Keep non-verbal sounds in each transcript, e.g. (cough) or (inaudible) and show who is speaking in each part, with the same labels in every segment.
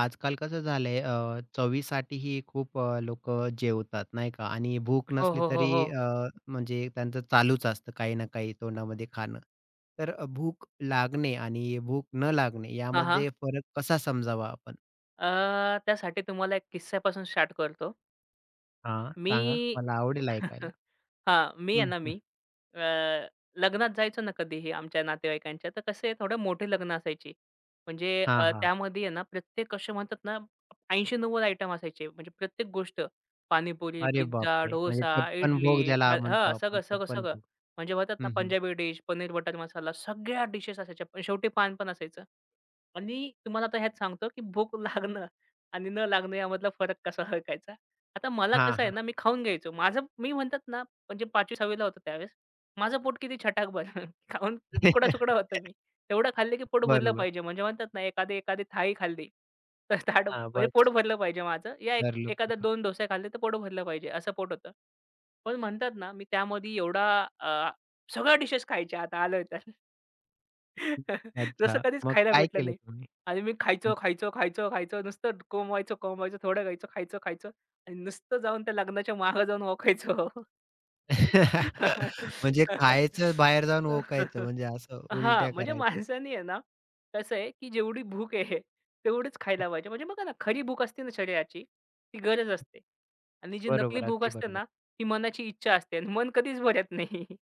Speaker 1: आजकाल कसं झालंय चवीसाठीही खूप लोकं जेवतात, नाही का? आणि भूक
Speaker 2: हो,
Speaker 1: नसली
Speaker 2: हो, हो,
Speaker 1: तरी
Speaker 2: हो.
Speaker 1: म्हणजे त्यांचं चालूच असतं काही ना काही तोंडामध्ये खाणं. तर भूक लागणे आणि भूक न लागणे
Speaker 2: हां, हां.
Speaker 1: यामध्ये फरक कसा समजावा आपण?
Speaker 2: त्यासाठी तुम्हाला एक किस्स्यापासून स्टार्ट करतो.
Speaker 1: हां,
Speaker 2: मी
Speaker 1: सांगा. मला आवडेल ऐकायला.
Speaker 2: (laughs) हां, मी आहे
Speaker 1: हं,
Speaker 2: ना
Speaker 1: हं.
Speaker 2: मी, अ, लग्नात जायचो ना कधीही आमच्या नातेवाईकांच्या, तर कसे थोडे मोठे लग्न असायचे. म्हणजे
Speaker 1: हां, हां.
Speaker 2: त्यामध्ये आहे ना प्रत्येक असे म्हणतात ना 80-90 आयटम असायचे. म्हणजे प्रत्येक गोष्ट पाणीपुरी,
Speaker 1: अरे
Speaker 2: पिझ्झा,
Speaker 1: बापरे! म्हणजे
Speaker 2: डोसा,
Speaker 1: 56
Speaker 2: इडली.
Speaker 1: भोग ज्याला म्हणतो
Speaker 2: हां,
Speaker 1: आपण
Speaker 2: सगळं, सगळं,
Speaker 1: 56
Speaker 2: सगळं.
Speaker 1: भोग.
Speaker 2: म्हणजे म्हणतात ना
Speaker 1: हं, हं.
Speaker 2: पंजाबी डिश, पनीर बटर मसाला सगळ्या डिशेस असायच्या. पण शेवटी पान पण असायचं. आणि तुम्हाला आता ह्यात सांगतो, की भूक लागणं आणि न लागणं यामधला फरक कसा ओळखायचा. आता मला
Speaker 1: हां,
Speaker 2: कसं आहे
Speaker 1: हां.
Speaker 2: ना, मी खाऊन घ्यायचो. माझं मी म्हणतात ना म्हणजे 5वी 6वी होतो. माझं पोट किती छटाक भरलं. (laughs) खाऊन तुकडा-सुकडा
Speaker 1: (laughs)
Speaker 2: होतो मी. तेवढं खाल्लं की पोट भरलं
Speaker 1: बरोबर.
Speaker 2: पाहिजे. म्हणजे म्हणतात ना एखादी एखादी थाळी खाल्ली, (laughs) तर ताट
Speaker 1: हां,
Speaker 2: म्हणजे पोट
Speaker 1: बस.
Speaker 2: भरलं पाहिजे माझं. या एक
Speaker 1: भरलं
Speaker 2: एखाद्या
Speaker 1: पोट.
Speaker 2: 2 डोसे खाल्ले तर पोट भरलं पाहिजे, असं पोट होतं. पण म्हणतात ना मी त्यामध्ये एवढा अ, सगळ्या डिशेस खायच्या आता आलोय तर. (laughs) जसं
Speaker 1: अच्छा.
Speaker 2: कधीच
Speaker 1: मग
Speaker 2: खायला
Speaker 1: काय
Speaker 2: भेटलं
Speaker 1: केलं
Speaker 2: नाही.
Speaker 1: तुम्ही?
Speaker 2: आणि मी खायचो, खायचो, खायचो, खायचो. नुसतं कोंबवायचो, कोंबवायचो, थोडं खायचो, खायचो, खायचो आणि नुसतं जाऊन त्या लग्नाच्या मागं जाऊन ओकायचो.
Speaker 1: (laughs) म्हणजे खायचं, बाहेर जाऊन ओकायचं
Speaker 2: (laughs)
Speaker 1: म्हणजे असं
Speaker 2: हां,
Speaker 1: उलट्या
Speaker 2: म्हणजे
Speaker 1: करायच्या.
Speaker 2: माणसाने आहे ना, कसं आहे, की जेवढी भूक आहे तेवढीच खायला पाहिजे. म्हणजे बघा ना, खरी भूक असते ना शरीराची, ती गरज असते आणि जी नकली
Speaker 1: बरोबर,
Speaker 2: भूक
Speaker 1: अगदी
Speaker 2: असते
Speaker 1: बरोबर.
Speaker 2: ना, ती मनाची इच्छा असते आणि मन कधीच भरत नाही. (laughs)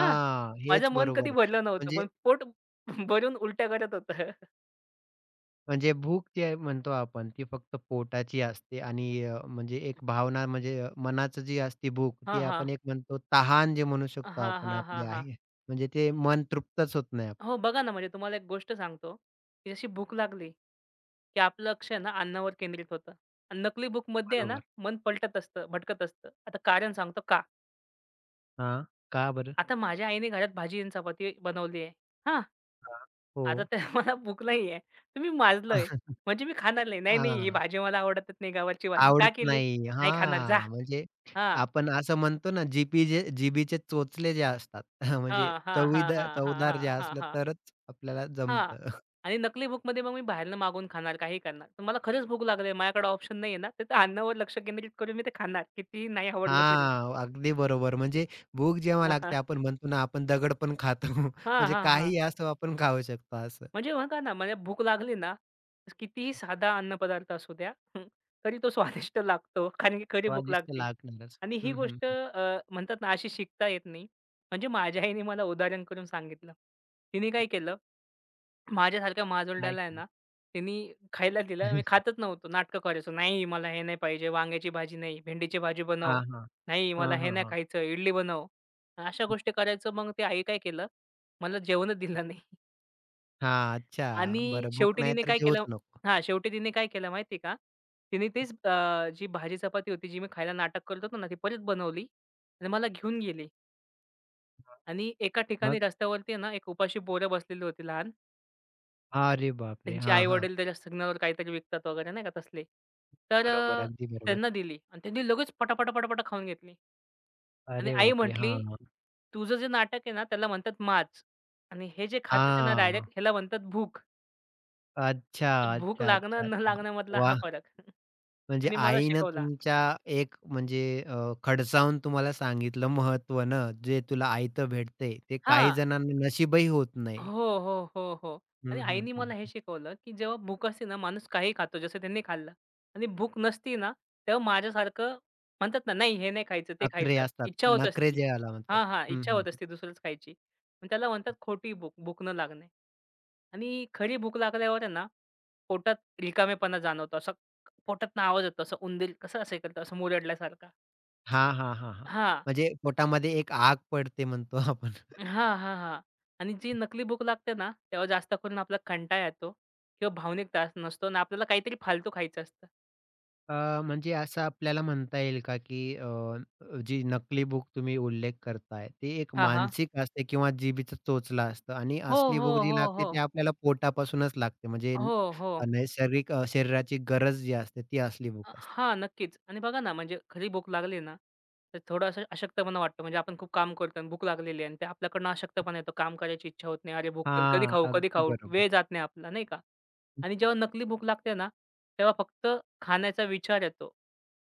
Speaker 2: हां, माझं
Speaker 1: हेच
Speaker 2: मन कधी
Speaker 1: बरोबर.
Speaker 2: भरलं नव्हतं,
Speaker 1: म्हणजे
Speaker 2: पण पोट (laughs) भरून उलट्या करत होतं.
Speaker 1: म्हणजे भूक जी म्हणतो आपण ती फक्त पोटाची असते आणि म्हणजे एक भावना म्हणजे मनाचं जी असते भूक ती
Speaker 2: हां, हां.
Speaker 1: आपण एक म्हणतो तहान जे म्हणू शकतो
Speaker 2: हां,
Speaker 1: आपण
Speaker 2: हां, हां,
Speaker 1: आपली
Speaker 2: हां.
Speaker 1: आहे. म्हणजे ते मन तृप्तच होत नाही आपलं.
Speaker 2: हो, बघा ना, म्हणजे तुम्हाला एक गोष्ट सांगतो, की जशी भूक लागली की आपलं लक्ष आहे ना अन्नावर केंद्रित होतं आणि नकली बुकमध्ये आहे ना
Speaker 1: बरोबर.
Speaker 2: मन पलटत असतं, भटकत असतं. आता कारण सांगतो का?
Speaker 1: हां, का बरं?
Speaker 2: आता माझ्या आईने घरात भाजी आणि चपाती बनवली आहे. हां,
Speaker 1: हां.
Speaker 2: आता
Speaker 1: हो.
Speaker 2: तर (laughs) मला भूक नाही आहे. तर मी
Speaker 1: (laughs)
Speaker 2: म्हणजे मी खाणार नाही. नाही, नाही ही
Speaker 1: हां.
Speaker 2: भाजी मला आवडतच नाही गवारची भाजी. का
Speaker 1: आवडत
Speaker 2: केली?
Speaker 1: नाही.
Speaker 2: नाही खाणार जा.
Speaker 1: हां, म्हणजे
Speaker 2: हां,
Speaker 1: आपण असं म्हणतो ना, जीपी जे जिभेचे चोचले जे असतात (laughs) म्हणजे
Speaker 2: हां, हां, हां,
Speaker 1: चवीदार
Speaker 2: हां, हां,
Speaker 1: चवदार
Speaker 2: हां,
Speaker 1: जे
Speaker 2: हां,
Speaker 1: असलं
Speaker 2: हां,
Speaker 1: तरच आपल्याला
Speaker 2: हां.
Speaker 1: जमतं. (laughs)
Speaker 2: आणि नकली बुकमध्ये मग मी बाहेरनं मागून खाणार, काही करणार. तर मला खरंच भूक लागली माझ्याकडे ऑप्शन नाही आहे ना, तर अन्नावर लक्ष केंद्रित करून मी ते खाणार कितीही नाही आवडलं तरी.
Speaker 1: हां, अगदी बरोबर. म्हणजे भूक जेव्हा लागते
Speaker 2: (laughs)
Speaker 1: आपण म्हणतो ना, आपण दगड पण खातो. (laughs)
Speaker 2: हां,
Speaker 1: म्हणजे
Speaker 2: हां. हां,
Speaker 1: काही असो आपण खाऊ शकतो असं.
Speaker 2: म्हणजे बघा ना, मला भूक लागली ना, तर कितीही साधा अन्नपदार्थ असू द्या, (laughs) तरी तो स्वादिष्ट लागतो, कारण की खरी भूक
Speaker 1: स्वादिष्ट
Speaker 2: लागते.
Speaker 1: लागणारच.
Speaker 2: आणि ही
Speaker 1: हं, हं,
Speaker 2: गोष्ट
Speaker 1: हं.
Speaker 2: म्हणतात ना, अशी शिकता येत नाही. म्हणजे माझ्या आईने मला उदाहरण करून सांगितलं. तिने काय केलं, माझ्यासारख्या
Speaker 1: काय
Speaker 2: माजोलड्याला आहे
Speaker 1: केलं?
Speaker 2: ना, तिने खायला दिलं. मी
Speaker 1: (laughs)
Speaker 2: खातच नव्हतो, नाटकं करायचो. "नाही, मला हे नाही पाहिजे, वांग्याची भाजी नाही, भेंडीची भाजी बनव.
Speaker 1: हां, हां.
Speaker 2: नाही, मला
Speaker 1: हां,
Speaker 2: हे
Speaker 1: हां,
Speaker 2: नाही
Speaker 1: हां.
Speaker 2: खायचं, इडली बनव." अशा गोष्टी करायचं. मग ती आई काय केलं, मला जेवणच दिलं नाही.
Speaker 1: हां, अच्छा.
Speaker 2: आणि
Speaker 1: बरं भूक
Speaker 2: शेवटी
Speaker 1: नाही
Speaker 2: तिने
Speaker 1: तर
Speaker 2: काय
Speaker 1: जेवूच
Speaker 2: केलं.
Speaker 1: नको.
Speaker 2: हां, शेवटी तिने काय केलं माहिती का? तिने तीच जी भाजी चपाती होती, जी मी खायला नाटक करत होतो ना, ती परत बनवली आणि मला घेऊन गेली आणि एका ठिकाणी
Speaker 1: मग?
Speaker 2: रस्त्यावरती आहे ना, एक उपाशी पोरं बसलेली होती लहान. त्या
Speaker 1: अरे बापरे!
Speaker 2: त्यांचे
Speaker 1: हां, हां.
Speaker 2: आई-वडील त्याच्या सिग्नलवर काहीतरी विकतात वगैरे नाही का तसले. तर
Speaker 1: बरोबर, अगदी बरोबर.
Speaker 2: त्यांना दिली आणि त्यांनी लगेच पटापटा, पटापटा खाऊन घेतली आणि
Speaker 1: अरे
Speaker 2: आई
Speaker 1: बापरे!
Speaker 2: म्हटली,
Speaker 1: हां,
Speaker 2: "तुझं जे नाटक आहे ना, त्याला म्हणतात माज आणि हे जे खातात आहे ना
Speaker 1: हां.
Speaker 2: डायरेक्ट ह्याला म्हणतात भूक."
Speaker 1: अच्छा,
Speaker 2: ते भूक
Speaker 1: अच्छा, अच्छा,
Speaker 2: लागणं न
Speaker 1: अच्छा.
Speaker 2: लागण्यामधला हा
Speaker 1: वाह!
Speaker 2: फरक. (laughs)
Speaker 1: म्हणजे
Speaker 2: तिने मला
Speaker 1: आईनं
Speaker 2: शिकवला.
Speaker 1: तुमच्या एक म्हणजे अ, खडसावून तुम्हाला सांगितलं महत्त्व ना, जे तुला आयतं भेटतंय, ते काही
Speaker 2: हां.
Speaker 1: जणांना नशीबही होत नाही.
Speaker 2: हो, हो, हो, हो. आणि
Speaker 1: हं, हं,
Speaker 2: आईनी
Speaker 1: हं.
Speaker 2: मला हे शिकवलं, की जेव्हा भूक असते ना, माणूस काहीही खातो जसं त्यांनी खाल्लं आणि भूक नसती ना, तेव्हा माझ्यासारखं म्हणतात ना, "नाही हे नाही खायचं, ते
Speaker 1: नखरे
Speaker 2: खायचं."
Speaker 1: असतात.
Speaker 2: इच्छा होत
Speaker 1: नखरे
Speaker 2: असती.
Speaker 1: ज्याला म्हणतो.
Speaker 2: हां, हां.
Speaker 1: हं,
Speaker 2: इच्छा
Speaker 1: हं.
Speaker 2: होत असते दुसरंच खायची. पण त्याला म्हणतात खोटी भूक, भूक न लागणे. आणि खरी भूक लागल्यावर आहे ना, पोटात रिकामेपणा जाणवतो. असं पोटातनं आवाज येतो, असं उंदीर कसं असे करतो, असं मुरडल्यासारखा.
Speaker 1: हां, हां, हां, हां.
Speaker 2: हां.
Speaker 1: म्हणजे पोटामध्ये एक आग पडते म्हणतो आपण.
Speaker 2: हां, हां, हां. आणि जी नकली भूक लागते ना, तेव्हा जास्त करून आपला कंटाळा येतो किंवा भावनिक त्रास नसतो आणि आपल्याला काहीतरी फालतू खायचं असतं.
Speaker 1: अ, म्हणजे असं आपल्याला म्हणता येईल का, की जी नकली बुक तुम्ही उल्लेख करताय, ती एक
Speaker 2: हां, हां.
Speaker 1: मानसिक असते किंवा जिभेचा चोचला असतं आणि
Speaker 2: हो,
Speaker 1: असली भूक
Speaker 2: हो,
Speaker 1: जी
Speaker 2: हो,
Speaker 1: लागते ती
Speaker 2: हो.
Speaker 1: आपल्याला पोटापासूनच लागते. म्हणजे
Speaker 2: हो, हो.
Speaker 1: नैसर्गिक शरीराची गरज जी असते ती असली भूक असते.
Speaker 2: हां, नक्कीच. आणि बघा ना, म्हणजे खरी भूक लागली ना, तर थोडं असं अशक्तपणा वाटतो. म्हणजे आपण खूप काम करतो आणि भूक लागलेली आहे आणि ते आपल्याकडनं अशक्तपणा येतो. काम करायची इच्छा होत नाही. अरे, भूक कधी कधी
Speaker 1: हां,
Speaker 2: खाऊ, कधी
Speaker 1: अगदी
Speaker 2: खाऊ?
Speaker 1: बरोबर.
Speaker 2: वेळ जात नाही आपला, नाही का? आणि जेव्हा नकली भूक लागते ना, तेव्हा फक्त खाण्याचा विचार येतो.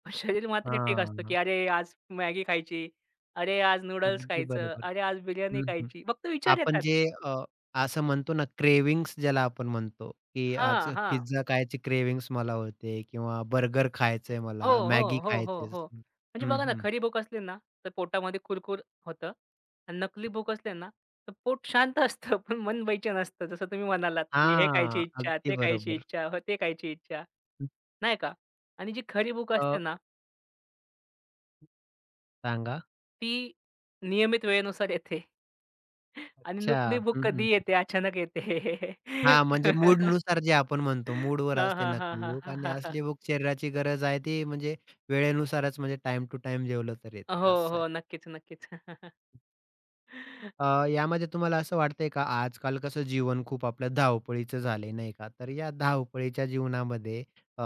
Speaker 2: पण शरीर मात्र ठीक असतं, की
Speaker 1: हां,
Speaker 2: "अरे, आज मॅगी खायची. अरे, आज नूडल्स
Speaker 1: अगदी
Speaker 2: खायचं.
Speaker 1: बरोबर.
Speaker 2: अरे, आज बिर्याणी
Speaker 1: हं.
Speaker 2: खायची." फक्त विचार
Speaker 1: आपण
Speaker 2: येतात.
Speaker 1: जे अ, असं म्हणतो ना क्रेव्हिंग्स ज्याला आपण म्हणतो, की आज
Speaker 2: हां, हां.
Speaker 1: पिझ्झा खायची क्रेव्हिंग्स मला होते किंवा बर्गर खायचंय
Speaker 2: हो,
Speaker 1: मला, मॅगी
Speaker 2: हो, हो, हो,
Speaker 1: खायचंय.
Speaker 2: हो. म्हणजे
Speaker 1: हं,
Speaker 2: बघा ना,
Speaker 1: हं.
Speaker 2: खरी भूक असली ना, तर पोटामध्ये कुरकुर होतं आणि नकली भूक असली ना, तर पोट शांत (laughs) असतं, पण मन बेचैन असतं. जसं तुम्ही म्हणालात, की हे खायची
Speaker 1: हां,
Speaker 2: इच्छा,
Speaker 1: अगदी
Speaker 2: ते खायची
Speaker 1: बरोबर.
Speaker 2: इच्छा, हो, ते खायची इच्छा, नाही का? आणि जी खरी भूक असते
Speaker 1: अ,
Speaker 2: ना,
Speaker 1: सांगा.
Speaker 2: ती नियमित वेळेनुसार येते (laughs) आणि
Speaker 1: अच्छा.
Speaker 2: नकली भूक
Speaker 1: हं,
Speaker 2: कधी
Speaker 1: हं.
Speaker 2: येते, अचानक येते.
Speaker 1: हां, म्हणजे
Speaker 2: (laughs)
Speaker 1: मूडनुसार जे आपण म्हणतो, मूडवर
Speaker 2: हां,
Speaker 1: असते
Speaker 2: हां, हां,
Speaker 1: नकली
Speaker 2: हां,
Speaker 1: भूक
Speaker 2: हां,
Speaker 1: आणि
Speaker 2: हां, हां.
Speaker 1: असली भूक शरीराची गरज आहे ती म्हणजे वेळेनुसारच म्हणजे टाईम टू टाईम जेवलं तर येते
Speaker 2: हो,
Speaker 1: असं आहे.
Speaker 2: हो. नक्कीच, नक्कीच. (laughs)
Speaker 1: यामध्ये तुम्हाला असं वाटतंय का, आजकाल कसं जीवन खूप आपलं धावपळीचं झालंय, नाही का? तर या धावपळीच्या जीवनामध्ये अ,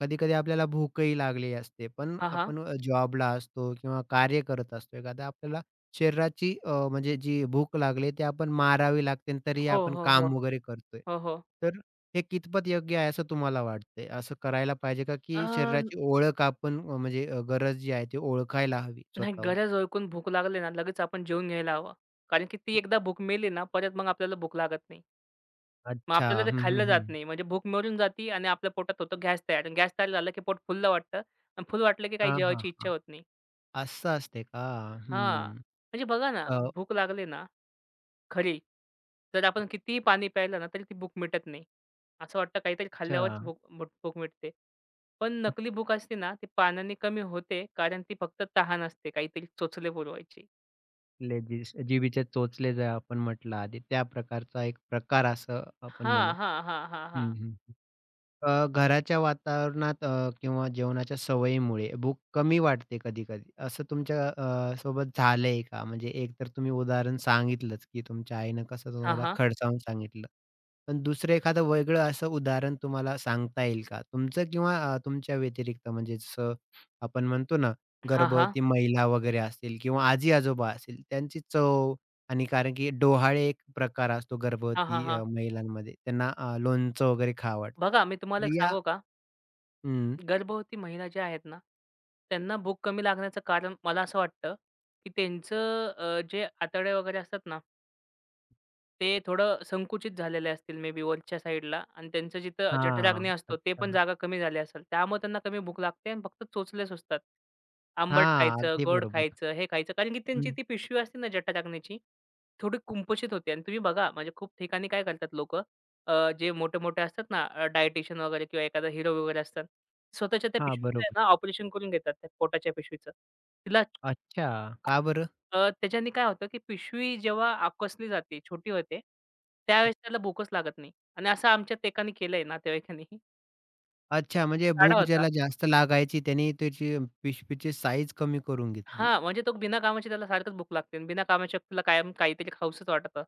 Speaker 1: कधी-कधी आपल्याला भूकही लागली असते. पण
Speaker 2: हां, हां.
Speaker 1: आपण जॉबला असतो किंवा कार्य करत असतो एखादा आपल्याला शरीराची म्हणजे जी भूक लागली ती आपण मारावी लागते आणि तरीही
Speaker 2: हो,
Speaker 1: आपण
Speaker 2: हो, हो.
Speaker 1: काम वगैरे करतोय.
Speaker 2: हो, हो.
Speaker 1: तर हे कितपत योग्य आहे असं तुम्हाला वाटतंय? असं करायला पाहिजे का,
Speaker 2: अ,
Speaker 1: की शरीराची ओळख आपण म्हणजे गरज जी आहे ती ओळखायला हवी
Speaker 2: नाही
Speaker 1: स्वतःहून?
Speaker 2: गरज ओळखून भूक लागली ना, लगेच आपण जेवून घ्यायला हवं. कारण की ती एकदा भूक मेली ना, परत मग आपल्याला भूक लागत नाही. मग
Speaker 1: अच्छा.
Speaker 2: आपल्याला ते
Speaker 1: हं, हं,
Speaker 2: खाल्लं जात
Speaker 1: हं.
Speaker 2: नाही. म्हणजे भूक मरून जाती आणि आपल्या पोटात होतो गॅस तयार आणि गॅस तयार झाला की पोट फुललं वाटतं आणि फुल वाटलं की काही
Speaker 1: हां, हां,
Speaker 2: जेवायची इच्छा
Speaker 1: हां.
Speaker 2: होत नाही.
Speaker 1: असं असते का?
Speaker 2: हां,
Speaker 1: हं.
Speaker 2: म्हणजे बघा ना,
Speaker 1: अ,
Speaker 2: भूक लागली ना खरी, तर आपण कितीही पाणी प्यायलं ना, तरी ती भूक मिटत नाही. असं वाटतं काहीतरी खाल्ल्यावरच
Speaker 1: अच्छा.
Speaker 2: भूक भूक भूक मिटते. पण नकली भूक असते ना, ती पाण्याने कमी होते कारण ती फक्त तहान असते काहीतरी चोचले पुरवायची.
Speaker 1: लेजिस जिभेचे चोचले जे आपण म्हटलं आधी, त्या प्रकारचा एक प्रकार असं आपण म्हणू.
Speaker 2: हां, हां, हां, हां, हां.
Speaker 1: हं, हं, हं. घराच्या वातावरणात किंवा जेवणाच्या सवयीमुळे भूक कमी वाटते कधी-कधी. असं तुमच्या सोबत झालंय का? म्हणजे एक तर तुम्ही उदाहरण सांगितलंच, की तुमच्या आईनं कसं
Speaker 2: हां,
Speaker 1: तुम्हाला
Speaker 2: हां.
Speaker 1: खडसावून सांगितलं. पण दुसरं एखादं वेगळं असं उदाहरण तुम्हाला सांगता येईल का? तुमचं किंवा तुमच्या व्यतिरिक्त म्हणजे जसं आपण म्हणतो ना,
Speaker 2: हां, हां.
Speaker 1: गर्भवती महिला वगैरे असतील किंवा आजी-आजोबा असतील त्यांची चव आणि कारण की डोहाळे एक प्रकार असतो
Speaker 2: हां, हां,
Speaker 1: गर्भवती
Speaker 2: हां.
Speaker 1: महिलांमध्ये त्यांना लोणचं वगैरे खावं वाटतं.
Speaker 2: बघा मी तुम्हाला
Speaker 1: तर
Speaker 2: एक
Speaker 1: या
Speaker 2: सांगू का?
Speaker 1: हं.
Speaker 2: गर्भवती महिला ज्या आहेत ना, त्यांना भूक कमी लागण्याचं कारण मला असं वाटतं, की त्यांचं जे आतडे वगैरे असतात ना ते थोडं संकुचित झालेले असतील मे बी वरच्या साईडला आणि त्यांचं जिथं जठराग्नी
Speaker 1: हां.
Speaker 2: असतो ते
Speaker 1: अच्छा.
Speaker 2: पण जागा कमी झाली असेल. त्यामुळे त्यांना कमी भूक लागते आणि फक्त चोचले सुचतात. आंबट
Speaker 1: हां.
Speaker 2: खायचं,
Speaker 1: अगदी
Speaker 2: गोड
Speaker 1: बरोबर.
Speaker 2: खायचं, हे खायचं. कारण की त्यांची
Speaker 1: हं.
Speaker 2: ती पिशवी असते ना जठराग्नीची, थोडी कुंपशित होते आणि तुम्ही बघा म्हणजे खूप ठिकाणी काय करतात लोकं जे मोठे-मोठे असतात ना डायटिशियन वगैरे किंवा एखादा हिरो वगैरे असतात. स्वतःच्या त्या
Speaker 1: हां,
Speaker 2: पिशवीचं आहे
Speaker 1: बरोबर.
Speaker 2: ना ऑपरेशन करून घेतात त्या पोटाच्या पिशवीचं. तिला
Speaker 1: अच्छा. का बरं?
Speaker 2: त्याच्याने काय होतं, की पिशवी जेव्हा आकसली जाते, छोटी होते, त्यावेळेस त्याला भूकच लागत नाही. आणि असं आमच्यात एकाने केलंय नातेवाईकांनी,
Speaker 1: अच्छा म्हणजे
Speaker 2: गाढा
Speaker 1: भूक
Speaker 2: होता.
Speaker 1: ज्याला जास्त लागायची त्याने त्याची पिशवीची साईज कमी करून घेतली.
Speaker 2: हां, म्हणजे तो बिना कामाची त्याला सारखंच भूक लागते आणि बिना कामाच्या त्याला कायम काहीतरी खाऊसच वाटतं.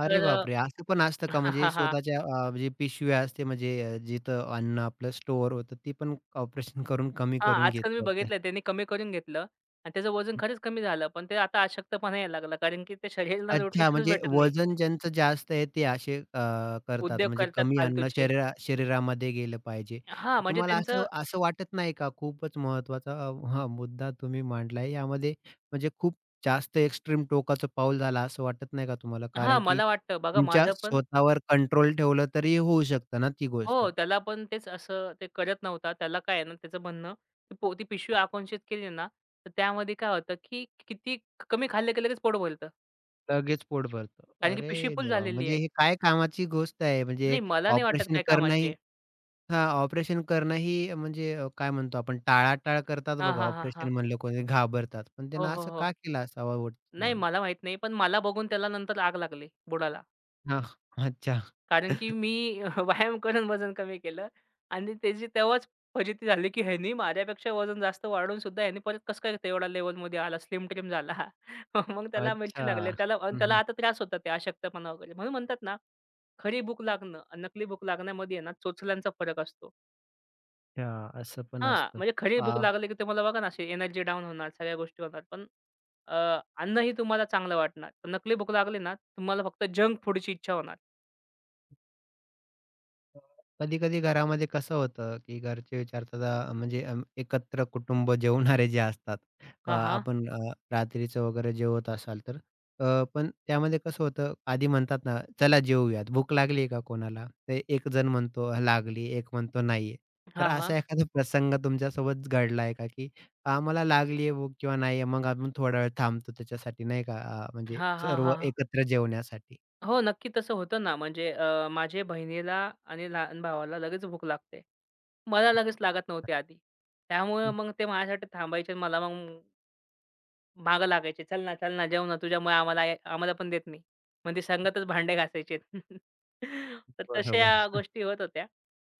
Speaker 1: अरे
Speaker 2: तर अ,
Speaker 1: बापरे! असं पण असतं का?
Speaker 2: हां,
Speaker 1: म्हणजे
Speaker 2: हां, हां.
Speaker 1: स्वतःच्या म्हणजे पिशव्या असते म्हणजे जिथं अन्न आपलं स्टोअर होतं, ती पण ऑपरेशन करून कमी
Speaker 2: हां,
Speaker 1: करून
Speaker 2: आजकाल मी
Speaker 1: घेतात.
Speaker 2: बघितलंय त्याने कमी करून घेतलं आणि त्याचं वजन खरंच कमी झालं. पण ते आता अशक्तपणा यायला लागला, कारण की त्या शरीराला
Speaker 1: अच्छा,
Speaker 2: न्यूट्रिशनच
Speaker 1: म्हणजे
Speaker 2: भेटत नाही.
Speaker 1: वजन ज्यांचं जास्त आहे ते असे करतात.
Speaker 2: उद्योग
Speaker 1: म्हणजे
Speaker 2: करतात
Speaker 1: कमी अन्न
Speaker 2: फालतूचे.
Speaker 1: शरीरामध्ये गेलं पाहिजे.
Speaker 2: हां, म्हणजे
Speaker 1: तुम्हाला
Speaker 2: त्यांचं.
Speaker 1: असं असं वाटत नाही का? खूपच महत्त्वाचा हां, मुद्दा तुम्ही मांडलाय. यामध्ये म्हणजे खूप जास्त एक्स्ट्रीम टोकाचं पाऊल झालं असं वाटत नाही का तुम्हाला?
Speaker 2: हां,
Speaker 1: कारण की
Speaker 2: मला वाटतं बघा
Speaker 1: तुमच्या
Speaker 2: माझं पण.
Speaker 1: स्वतःवर कंट्रोल ठेवलं तरी होऊ शकतं ना ती गोष्ट.
Speaker 2: हो, त्याला पण तेच असं ते करत नव्हता. त्याला काय आहे ना, त्याचं म्हणणं की ती पिशवी आकुंशित केली ना, तर त्यामध्ये काय होतं की किती कमी खाल्लं की लगेच पोट भरतं.
Speaker 1: लगेच पोट भरतं.
Speaker 2: कारण की
Speaker 1: अरे
Speaker 2: पिशवी फुल
Speaker 1: देवा!
Speaker 2: झालेली आहे.
Speaker 1: म्हणजे ही काय कामाची गोष्ट आहे. म्हणजे
Speaker 2: नाही, मला नाही वाटत
Speaker 1: ऑपरेशन
Speaker 2: काय कामाची
Speaker 1: करणंही
Speaker 2: आहे.
Speaker 1: हां, ऑपरेशन करणंही म्हणजे काय म्हणतो आपण टाळाटाळ करतात
Speaker 2: हां,
Speaker 1: बघा
Speaker 2: हां, हां,
Speaker 1: ऑपरेशन
Speaker 2: हां.
Speaker 1: म्हणलं कोणी घाबरतात. पण
Speaker 2: हो,
Speaker 1: त्यांना
Speaker 2: हो,
Speaker 1: असं
Speaker 2: हो.
Speaker 1: का केलं असावं वाटतं
Speaker 2: नाही,
Speaker 1: तुम्हाला?
Speaker 2: मला माहीत नाही. पण मला बघून त्याला नंतर आग लागली बुडाला.
Speaker 1: हां, अच्छा.
Speaker 2: कारण की
Speaker 1: (laughs)
Speaker 2: मी (laughs) व्यायाम करून वजन कमी केलं आणि त्याची तेव्हाच फजिती झाली, की ह्यानी माझ्यापेक्षा वजन जास्त वाढून सुद्धा ह्यानी परत कसं काय तेवढा लेव्हलमध्ये आला, स्लिम ट्रिम झाला. (laughs) मग त्याला मिरची लागली
Speaker 1: अच्छा.
Speaker 2: आणि त्याला आणि
Speaker 1: हं,
Speaker 2: त्याला
Speaker 1: हं.
Speaker 2: आता त्रास होता ते अशक्तपणा वगैरे. म्हणून म्हणतात ना, खरी भूक लागणं आणि नकली भूक लागण्यामध्ये आहे ना चोचल्यांचा फरक असतो.
Speaker 1: अच्छा असं पण
Speaker 2: हां,
Speaker 1: असतं.
Speaker 2: म्हणजे खरी भूक लागली, की तुम्हाला बघा ना अशी एनर्जी डाऊन होणार, सगळ्या गोष्टी होणार. पण अ, अन्नही तुम्हाला चांगलं वाटणार. पण नकली भूक लागली ना, तुम्हाला फक्त जंक फूडची इच्छा होणार.
Speaker 1: कधी-कधी घरामध्ये कसं होतं, की घरचे विचारतात म्हणजे एकत्र कुटुंब जेवणारे जे असतात.
Speaker 2: हां, हां.
Speaker 1: आपण रात्रीचं वगैरे जेवत असाल तर. पण त्यामध्ये कसं होतं, आधी म्हणतात ना, "चला जेवूयात." भूक लागली का कोणाला? तर एक जण म्हणतो लागली, एक म्हणतो नाहीये. तर
Speaker 2: हां, हां.
Speaker 1: असा एखादा प्रसंग तुमच्यासोबत घडला का, की आम्हाला लागली आहे भूक किंवा नाही मग आपण थोडा वेळ थांबतो त्याच्यासाठी नाही का, म्हणजे
Speaker 2: हां, हां,
Speaker 1: सर्व
Speaker 2: हां,
Speaker 1: एकत्र जेवण्यासाठी.
Speaker 2: हो, नक्की तसं होतं ना. म्हणजे माझ्या बहिणीला आणि लहान भावाला लगेच भूक लागते. मला लगेच लागत नव्हती आधी. त्यामुळे
Speaker 1: हं.
Speaker 2: मग ते माझ्यासाठी थांबायचे आणि मला मग मागं लागायचे. "चल ना, चल ना, जेव ना. तुझ्यामुळे आम्हाला आम्हाला पण देत नाही." मग ते संगतच भांडे घासायचे. (laughs) तर
Speaker 1: बरोबर.
Speaker 2: तशा गोष्टी होत होत्या.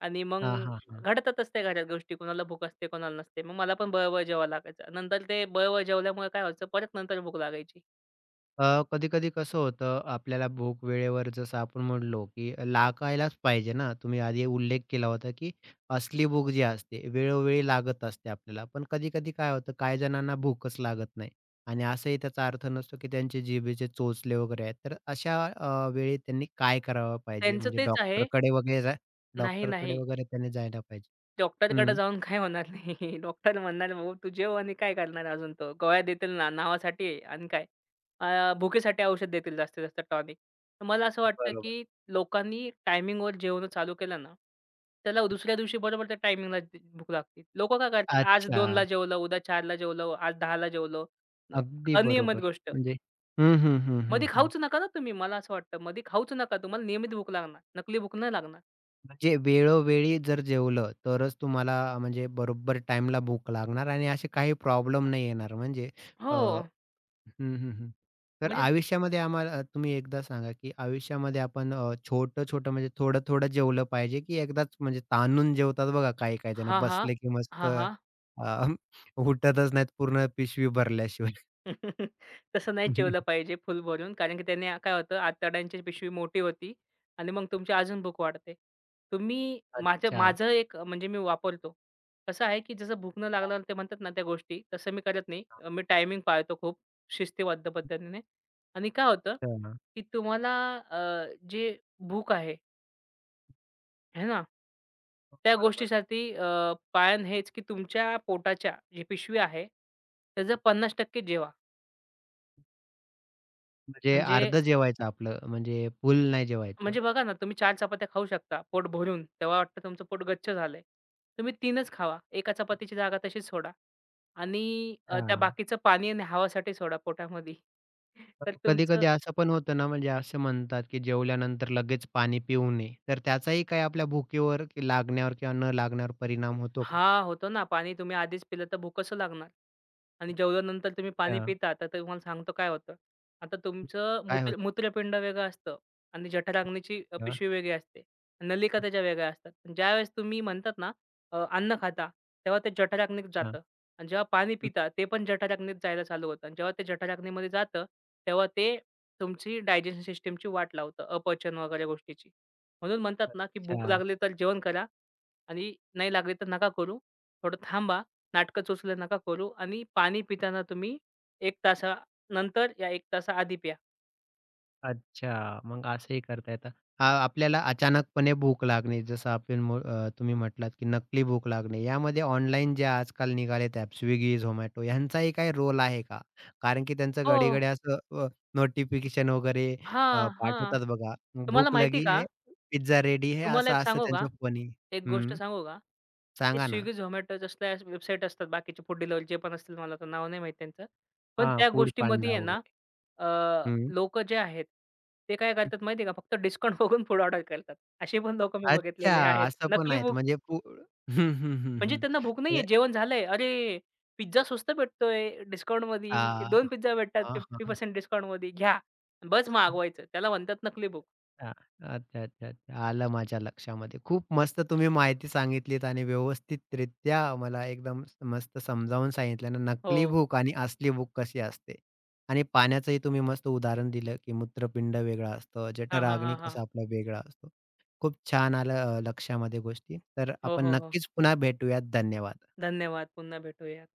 Speaker 2: आणि मग
Speaker 1: हां, हां, हां.
Speaker 2: घडतातच त्या घरात गोष्टी. कोणाला भूक असते, कोणाला नसते. मग मला पण बळबळ जेवावं लागायचं. नंतर ते बळबळ जेवल्यामुळे काय व्हायचं, परत नंतर भूक लागायची.
Speaker 1: कधी-कधी कसं होतं, आपल्याला भूक वेळेवर जसं आपण म्हणलो, की लागायलाच पाहिजे ना. तुम्ही आधी उल्लेख केला होता, की असली भूक जी असते, वेळोवेळी लागत असते आपल्याला. पण कधी-कधी काय होतं, काही जणांना भूकच लागत नाही आणि असंही त्याचा अर्थ नसतो, की त्यांचे जिभेचे चोचले वगैरे आहेत. तर अशा वेळी त्यांनी काय करावं पाहिजे?
Speaker 2: त्यांचं
Speaker 1: म्हणजे
Speaker 2: तेच आहे.
Speaker 1: डॉक्टरकडे वगैरे जा
Speaker 2: नाही,
Speaker 1: डॉक्टरकडे
Speaker 2: नाही.
Speaker 1: वगैरे त्यांनी जायला पाहिजे.
Speaker 2: डॉक्टरकडे
Speaker 1: हं.
Speaker 2: जाऊन काय होणार नाही. (laughs) डॉक्टर म्हणणार, "भाऊ तू जेव आणि काय करणार अजून तो? गोळ्या देतील ना नावासाठी आणि काय? भुकेसाठी औषध देतील जास्तीत जास्त टॉनिक." तर मला असं वाटतं,
Speaker 1: बरोबर.
Speaker 2: की लोकांनी टायमिंगवर जेवणं चालू केलं ना, त्याला दुसऱ्या दिवशी बरोबर त्या टायमिंगला भूक लागते. लोकं काय करतात, आज
Speaker 1: अच्छा.
Speaker 2: 2ला जेवलं, उद्या 4ला जेवलं, आज 10ला जेवलं. न-
Speaker 1: अगदी
Speaker 2: अनियमित
Speaker 1: बरोबर.
Speaker 2: गोष्ट.
Speaker 1: म्हणजे हं, हं, हं, हं,
Speaker 2: मधी
Speaker 1: हं.
Speaker 2: खाऊच नका ना तुम्ही. मला असं वाटतं, मधी खाऊच नका. तुम्हाला नियमित भूक लागणार. नकली भूक नाही लागणार.
Speaker 1: म्हणजे वेळोवेळी जर जेवलं तरच तुम्हाला म्हणजे बरोबर टाईमला भूक लागणार आणि असे काही प्रॉब्लेम नाही येणार म्हणजे
Speaker 2: हो.
Speaker 1: हं, हं, हं. तर
Speaker 2: म्हणजे
Speaker 1: आयुष्यामध्ये आम्हाला तुम्ही एकदा सांगा, की आयुष्यामध्ये आपण छोटं-छोटं म्हणजे थोडं-थोडं जेवलं पाहिजे, की एकदाच म्हणजे ताणून जेवतात बघा काही-काही जण
Speaker 2: हां, हां.
Speaker 1: बसले की मस्त
Speaker 2: हां, हां.
Speaker 1: (laughs) उठतच नाहीत पूर्ण पिशवी भरल्याशिवाय.
Speaker 2: (laughs) तसं नाही जेवलं
Speaker 1: (laughs)
Speaker 2: पाहिजे फुल भरून, कारण की त्याने काय होतं आतड्यांची पिशवी मोठी होती आणि मग तुमची अजून भूक वाढते. तुम्ही माझं
Speaker 1: अच्छा.
Speaker 2: माझं एक म्हणजे मी वापरतो. कसं आहे की जसं भूक न लागल्यावर ते म्हणतात ना त्या गोष्टी, तसं मी करत नाही.
Speaker 1: हा.
Speaker 2: मी टायमिंग पाळतो खूप शिस्तीबद्ध पद्धतीने आणि काय होतं की तुम्हाला जे भूक आहे, आहे ना? त्या
Speaker 1: बरोबर.
Speaker 2: गोष्टीसाठी पायन हेच की तुमच्या पोटाच्या जी पिशवी आहे, त्याचं 50% जेवा.
Speaker 1: म्हणजे
Speaker 2: म्हणजे
Speaker 1: अर्धं जेवायचं आपलं म्हणजे फुल नाही जेवायचं.
Speaker 2: म्हणजे बघा ना, तुम्ही 4 चपात्या खाऊ शकता पोट भरून. तेव्हा वाटतं तुमचं पोट गच्च झालंय. तुम्ही 3च खावा. एका चपातीची जागा तशीच सोडा आणि त्या
Speaker 1: हां.
Speaker 2: बाकीचं पाणी आणि हवासाठी सोडा पोटामध्ये. (laughs) तर तुमचं.
Speaker 1: कधी-कधी असं पण होतं ना, म्हणजे असं म्हणतात, की जेवल्यानंतर लगेच पाणी पिऊ नये. तर त्याचाही काही आपल्या भुकेवर लागण्यावर किंवा न लागण्यावर परिणाम होतो का?
Speaker 2: हां, होतो ना. पाणी तुम्ही आधीच पिलं तर भूक कसं लागणार? आणि जेवल्यानंतर तुम्ही पाणी
Speaker 1: अच्छा.
Speaker 2: पिता, तर तुम्हाला सांगतो काय होतं. आता तुमचं
Speaker 1: काय होतं?
Speaker 2: मूत्रपिंड वेगळं असतं आणि जठराग्नीची पिशवी वेगळी असते. नलिका त्याच्या वेगळ्या असतात. पण ज्यावेळेस तुम्ही म्हणतात ना अन्न खाता, तेव्हा ते जठराग्नीत
Speaker 1: अच्छा.
Speaker 2: जातं आणि जेव्हा पाणी पिता, ते पण जठराग्नीत जायला चालू होतं आणि जेव्हा ते जठराग्नीमध्ये जातं, तेव्हा ते तुमची डायजेशन सिस्टमची वाट लावतं, अपचन वगैरे गोष्टीची. म्हणून म्हणतात ना, की भूक
Speaker 1: अच्छा.
Speaker 2: लागली तर जेवण करा आणि नाही लागली तर नका करू. थोडं थांबा. नाटकं चोचले नका करू आणि पाणी पिताना तुम्ही 1 तासानंतर या 1 तासाआधी प्या.
Speaker 1: अच्छा. मग असंही करता येतं. आपल्याला अचानकपणे भूक लागणे जसं आपण तुम्ही म्हटलात, की नकली भूक लागणे. यामध्ये ऑनलाईन जे आजकाल निघालेत ॲप Swiggy, Zomato ह्यांचाही काही रोल आहे का? कारण की त्यांचं
Speaker 2: हो.
Speaker 1: घडी-घडी असं अ, नोटिफिकेशन वगैरे
Speaker 2: हां, हां.
Speaker 1: पाठवतात बघा.
Speaker 2: तुम्हाला
Speaker 1: भूक
Speaker 2: माहिती आहे
Speaker 1: लगी
Speaker 2: का?
Speaker 1: है, पिझ्झा रेडी है
Speaker 2: तुम्हाला एक
Speaker 1: असं-असं
Speaker 2: सांगू का?
Speaker 1: त्यांचं फनी
Speaker 2: एक गोष्ट
Speaker 1: हं.
Speaker 2: सांगू का? ते
Speaker 1: सांगा ना?
Speaker 2: Swiggy, Zomato जसल्या वेबसाईट असतात बाकीचे फूड डिलिव्हरी पण असतील मला तर नाव नाही माहीत त्यांचं. पण
Speaker 1: हां,
Speaker 2: त्या
Speaker 1: फूड
Speaker 2: गोष्टीमध्ये
Speaker 1: पांडा
Speaker 2: आहे ना
Speaker 1: वगैरे.
Speaker 2: अ,
Speaker 1: हं.
Speaker 2: लोकं जे आहेत ते काय करतात माहिती आहे का? फक्त डिस्काउंट (laughs) बघून फूड ऑर्डर करतात. असे पण लोकं मी
Speaker 1: अच्छा
Speaker 2: बघितलेले आहेत.
Speaker 1: असं पण
Speaker 2: नकली
Speaker 1: आहेत
Speaker 2: बुक
Speaker 1: म्हणजे फूड हं, हं, हं,
Speaker 2: म्हणजे
Speaker 1: हं.
Speaker 2: त्यांना भूक नाहीये,
Speaker 1: म्हणजे
Speaker 2: जेवण झालंय. अरे, पिझ्झा स्वस्त भेटतोय डिस्काउंटमध्ये. 2
Speaker 1: आ
Speaker 2: पिझ्झा भेटतात
Speaker 1: हां, हां, हां.
Speaker 2: 50% डिस्काउंटमध्ये. घ्या. बस मागवायचं. त्याला म्हणतात नकली भूक.
Speaker 1: हां. अच्छा, अच्छा, अच्छा. आलं माझ्या लक्षामध्ये. खूप मस्त तुम्ही माहिती सांगितलीत आणि व्यवस्थितरित्या मला एकदम मस्त समजावून सांगितलं ना,
Speaker 2: हो.
Speaker 1: नकली भूक आणि असली भूक कशी असते. आणि पाण्याचंही तुम्ही मस्त उदाहरण दिलं, की मूत्रपिंड वेगळं असतं,
Speaker 2: हां, हां,
Speaker 1: जठराग्नी
Speaker 2: हां, हां.
Speaker 1: कसा आपला वेगळा असतो. खूप छान आलं लक्षामध्ये गोष्टी. तर
Speaker 2: हो,
Speaker 1: आपण
Speaker 2: हो, हो.
Speaker 1: नक्कीच पुन्हा भेटूयात. धन्यवाद.
Speaker 2: धन्यवाद. पुन्हा भेटूयात.